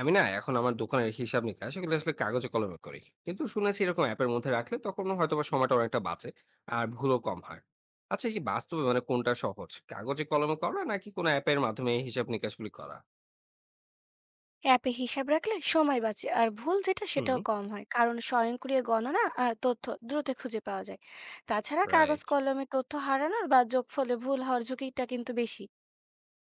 আমি না এখন আমার দোকানের হিসাব নিকাশ এগুলো আসলে কাগজে কলমে করি, কিন্তু শুনেছি এরকম অ্যাপের মধ্যে রাখলে তখন হয়তো বা সময়টা অনেকটা বাঁচে আর ভুলও কম হয়। আচ্ছা, এই যে বাস্তবে মানে কোনটা সহজ, কাগজে কলমে করা নাকি কোনো অ্যাপের মাধ্যমে এই হিসাব নিকাশগুলি করা? অ্যাপে হিসাব রাখলে সময় বাঁচে আর ভুল যেটা হুম। সেটাও কম হয় কারণ স্বয়ংক্রিয় গণনা আর তথ্য দ্রুত খুঁজে পাওয়া যায়। তাছাড়া কাগজ রাইট। কলমে তথ্য হারানোর বা যোগফলে ভুল হওয়ার ঝুঁকিটা কিন্তু বেশি।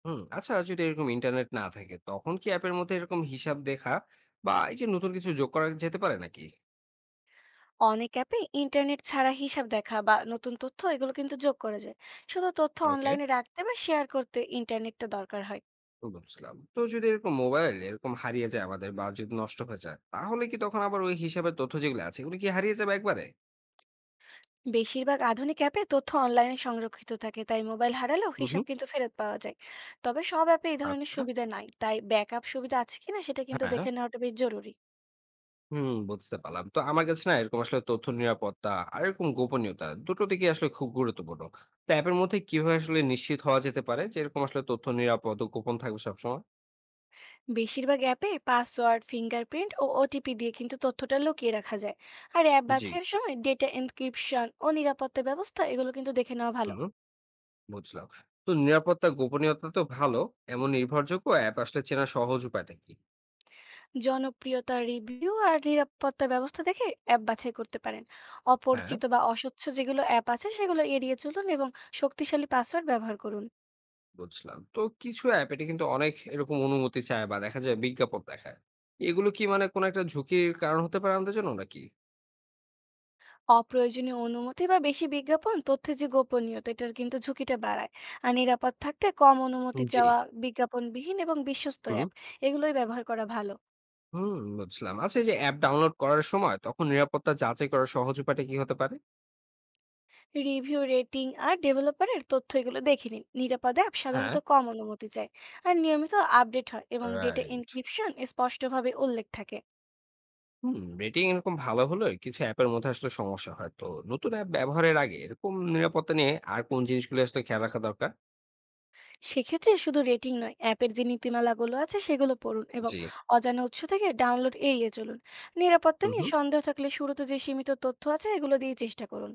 হুম, আচ্ছা, যদি এরকম ইন্টারনেট না থাকে তখন কি অ্যাপের মধ্যে এরকম হিসাব দেখা বা এই যে নতুন কিছু যোগ করা যেতে পারে নাকি? অনেক অ্যাপে ইন্টারনেট ছাড়া হিসাব দেখা বা নতুন তথ্য এগুলো কিন্তু যোগ করা যায়। শুধু তথ্য ওকে, অনলাইনে রাখতে বা শেয়ার করতে ইন্টারনেটটা দরকার হয়। বুঝলাম। তো যদি এরকম মোবাইল এরকম হারিয়ে যায় আমাদের বা যদি নষ্ট হয়ে যায়, তাহলে কি তখন আবার ওই হিসাবের তথ্য যেগুলো আছে এগুলো কি হারিয়ে যাবে একবারে? বেশিরভাগ আধুনিক অ্যাপে তথ্য অনলাইনে সংরক্ষিত থাকে, তাই মোবাইল হারালেও হিসাব কিন্তু ফেরত পাওয়া যায়। তবে সব অ্যাপে এই ধরনের আচ্ছা, সুবিধা নাই, তাই ব্যাকআপ সুবিধা আছে কিনা সেটা কিন্তু হ্যাঁ। দেখে নেওয়াটা বেশ জরুরি। হুম, বুঝতে পারলাম। তো আমার কাছে না এরকম আসলে তথ্য নিরাপত্তা আর এরকম গোপনীয়তা দুটো দিকেই আসলে খুব গুরুত্বপূর্ণ। তো অ্যাপের মধ্যে কিভাবে আসলে নিশ্চিত হওয়া যেতে পারে যে এরকম আসলে তথ্য নিরাপদ ও গোপন থাকবে সবসময়? বেশিরভাগ অ্যাপে পাসওয়ার্ড, ফিঙ্গারপ্রিন্ট ও ওটিপি দিয়ে কিন্তু তথ্যটা লুকিয়ে রাখা যায়। আর অ্যাপ জি। বাছাইয়ের সময় ডেটা এনক্রিপশন ও নিরাপত্তা ব্যবস্থা এগুলো কিন্তু দেখে নেওয়া ভালো। হুম, বুঝলাম। তো নিরাপত্তা গোপনীয়তা তো ভালো। এমন নির্ভরযোগ্য অ্যাপ আসলে চেনার সহজ উপায়টা কি? জনপ্রিয়তা, রিভিউ আর নিরাপত্তা ব্যবস্থা দেখে অ্যাপ বাছাই করতে পারেন। হ্যাঁ, অপরিচিত বা অস্বচ্ছ যেগুলো অ্যাপ আছে সেগুলো এড়িয়ে চলুন এবং শক্তিশালী পাসওয়ার্ড ব্যবহার করুন। বুঝলাম। তো কিছু অ্যাপ এটা কিন্তু অনেক এরকম অনুমতি চায় বা দেখা যায় বিজ্ঞাপন দেখায়। এগুলো কি মানে কোনো একটা ঝুঁকির কারণ হতে পারে আমাদের জন্য নাকি? অপ্রয়োজনীয় অনুমতি বা বেশি বিজ্ঞাপন তথ্যের যে গোপনীয়তা, এটার কিন্তু ঝুঁকিটা বাড়ায়। আর নিরাপদ থাকতে কম অনুমতি জি। চাওয়া, বিজ্ঞাপনবিহীন এবং বিশ্বস্ত হুম। অ্যাপ এগুলোই ব্যবহার করা ভালো। হুম, বুঝলাম। আচ্ছা, এই যে অ্যাপ ডাউনলোড করার সময় তখন নিরাপত্তা যাচাই করার সহজ উপায়টা কি হতে পারে? রিভিউ, রেটিং আর ডেভেলপারের তথ্য এগুলো দেখে নিন। নিরাপদ অ্যাপ হ্যাঁ। সাধারণত কম অনুমতি চায় আর নিয়মিত আপডেট হয় এবং ডেটা রাইট। এনক্রিপশন স্পষ্টভাবে উল্লেখ থাকে। হুম, রেটিং এরকম ভালো হলে কিছু অ্যাপের মধ্যে আসলে সমস্যা হয়। তো নতুন অ্যাপ ব্যবহারের আগে এরকম নিরাপত্তা নিয়ে আর কোন জিনিসগুলো আসলে খেয়াল রাখা দরকার? সেক্ষেত্রে শুধু রেটিং নয়, অ্যাপের যে নীতিমালাগুলো আছে সেগুলো পড়ুন এবং জি। অজানা উৎস থেকে ডাউনলোড এড়িয়ে চলুন। নিরাপত্তা হুম, নিয়ে সন্দেহ থাকলে শুরুতে যে সীমিত তথ্য আছে এগুলো দিয়ে চেষ্টা করুন।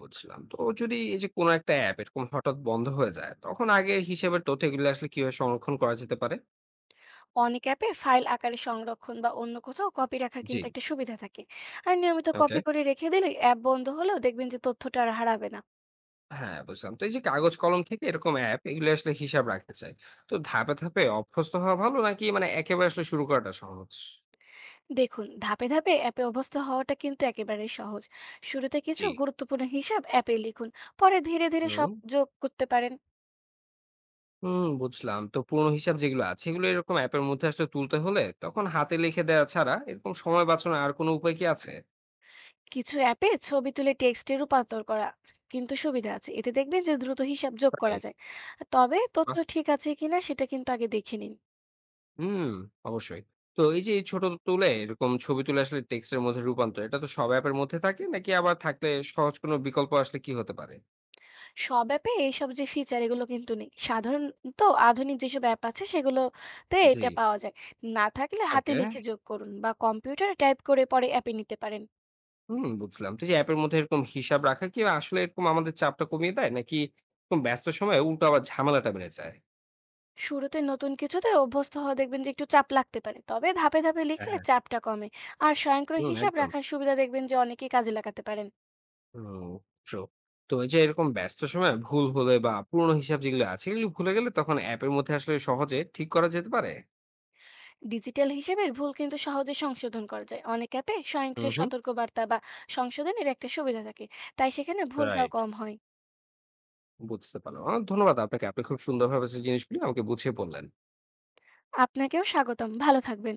বুঝলাম। তো যদি এই যে কোনো একটা অ্যাপ এরকম হঠাৎ বন্ধ হয়ে যায়, তখন আগের হিসাবের তথ্য এগুলো আসলে কিভাবে সংরক্ষণ করা যেতে পারে? অনেক অ্যাপে ফাইল আকারে সংরক্ষণ বা অন্য কোথাও কপি রাখার জি, কিন্তু একটা সুবিধা থাকে। আর নিয়মিত ওকে। কপি করে রেখে দিলে অ্যাপ বন্ধ হলেও দেখবেন যে তথ্যটা আর হারাবে না। হ্যাঁ, বুঝলাম। তো এই যে কাগজ কলম থেকে এরকম অ্যাপ এগুলো আসলে হিসাব রাখতে চাই। তো ধাপে ধাপে অভ্যস্ত হওয়া ভালো নাকি মানে একেবারে আসলে শুরু করাটা সহজ? দেখুন, ধাপে ধাপে অ্যাপে অভ্যস্ত হওয়াটা কিন্তু একেবারেই সহজ। শুরুতে জি। কিছু গুরুত্বপূর্ণ হিসাব অ্যাপে লিখুন, পরে ধীরে ধীরে সব হুম, যোগ করতে পারেন। বুঝলাম। তো পুরনো হিসাব যেগুলো আছে এগুলো এরকম অ্যাপের মধ্যে আসলে তুলতে হলে তখন হাতে লিখে দেওয়া ছাড়া এরকম সময় বাঁচানোর আর কোনো উপায় কি আছে? কিছু অ্যাপে ছবি তুলে টেক্সটে রূপান্তর করা কিন্তু সুবিধা আছে, এতে দেখবেন যে দ্রুত হিসাব যোগ তাই। করা যায়। তবে তথ্য বাহ! ঠিক আছে কিনা সেটা কিন্তু আগে দেখে নিন। হুম, অবশ্যই। তো এই যে এই ছোট তুলে এরকম ছবি তুলে আসলে টেক্সটের মধ্যে রূপান্তর, এটা তো সব অ্যাপের মধ্যে থাকে নাকি? আবার থাকলে সহজ কোনো বিকল্প আসলে কি হতে পারে? সব অ্যাপে এইসব যে ফিচার এগুলো কিন্তু নেই সাধারণত। আধুনিক যেসব অ্যাপ আছে সেগুলোতে জি। এটা পাওয়া যায়। না থাকলে হাতে ওকে। লিখে যোগ করুন বা কম্পিউটারে টাইপ করে পরে অ্যাপে নিতে পারেন। হুম, বুঝলাম। তো এই যে অ্যাপের মধ্যে এরকম হিসাব রাখা কি আসলে এরকম আমাদের চাপটা কমিয়ে দেয়, নাকি এরকম ব্যস্ত সময়ে উল্টো আবার ঝামেলাটা বেড়ে যায়? শুরুতে নতুন কিছুতে অভ্যস্ত হওয়া দেখবেন যে একটু চাপ লাগতে পারে, তবে ধাপে ধাপে হ্যাঁ, লিখলে হ্যাঁ। চাপটা কমে। আর স্বয়ংক্রিয় হুম, হিসাব একদম। রাখার সুবিধা দেখবেন যে অনেকেই কাজে লাগাতে পারেন। হুম, ট্রু। তো এই যে এরকম ব্যস্ত সময়ে ভুল হলে বা পুরনো হিসাব যেগুলো আছে, এগুলো ভুলে গেলে তখন অ্যাপের মধ্যে আসলে সহজে ঠিক করা যেতে পারে? ডিজিটাল হিসেবের ভুল কিন্তু সহজে সংশোধন করা যায়। অনেক অ্যাপে হুম, স্বয়ংক্রিয় হুম। সতর্কবার্তা বা সংশোধনের একটা সুবিধা থাকে, তাই সেখানে ভুলটাও রাইট। কম হয়। বুঝতে পারলাম। অনেক ধন্যবাদ আপনাকে। আপনি খুব সুন্দরভাবে সেই জিনিসগুলি আমাকে বুঝিয়ে বললেন। আপনাকেও স্বাগতম, ভালো থাকবেন।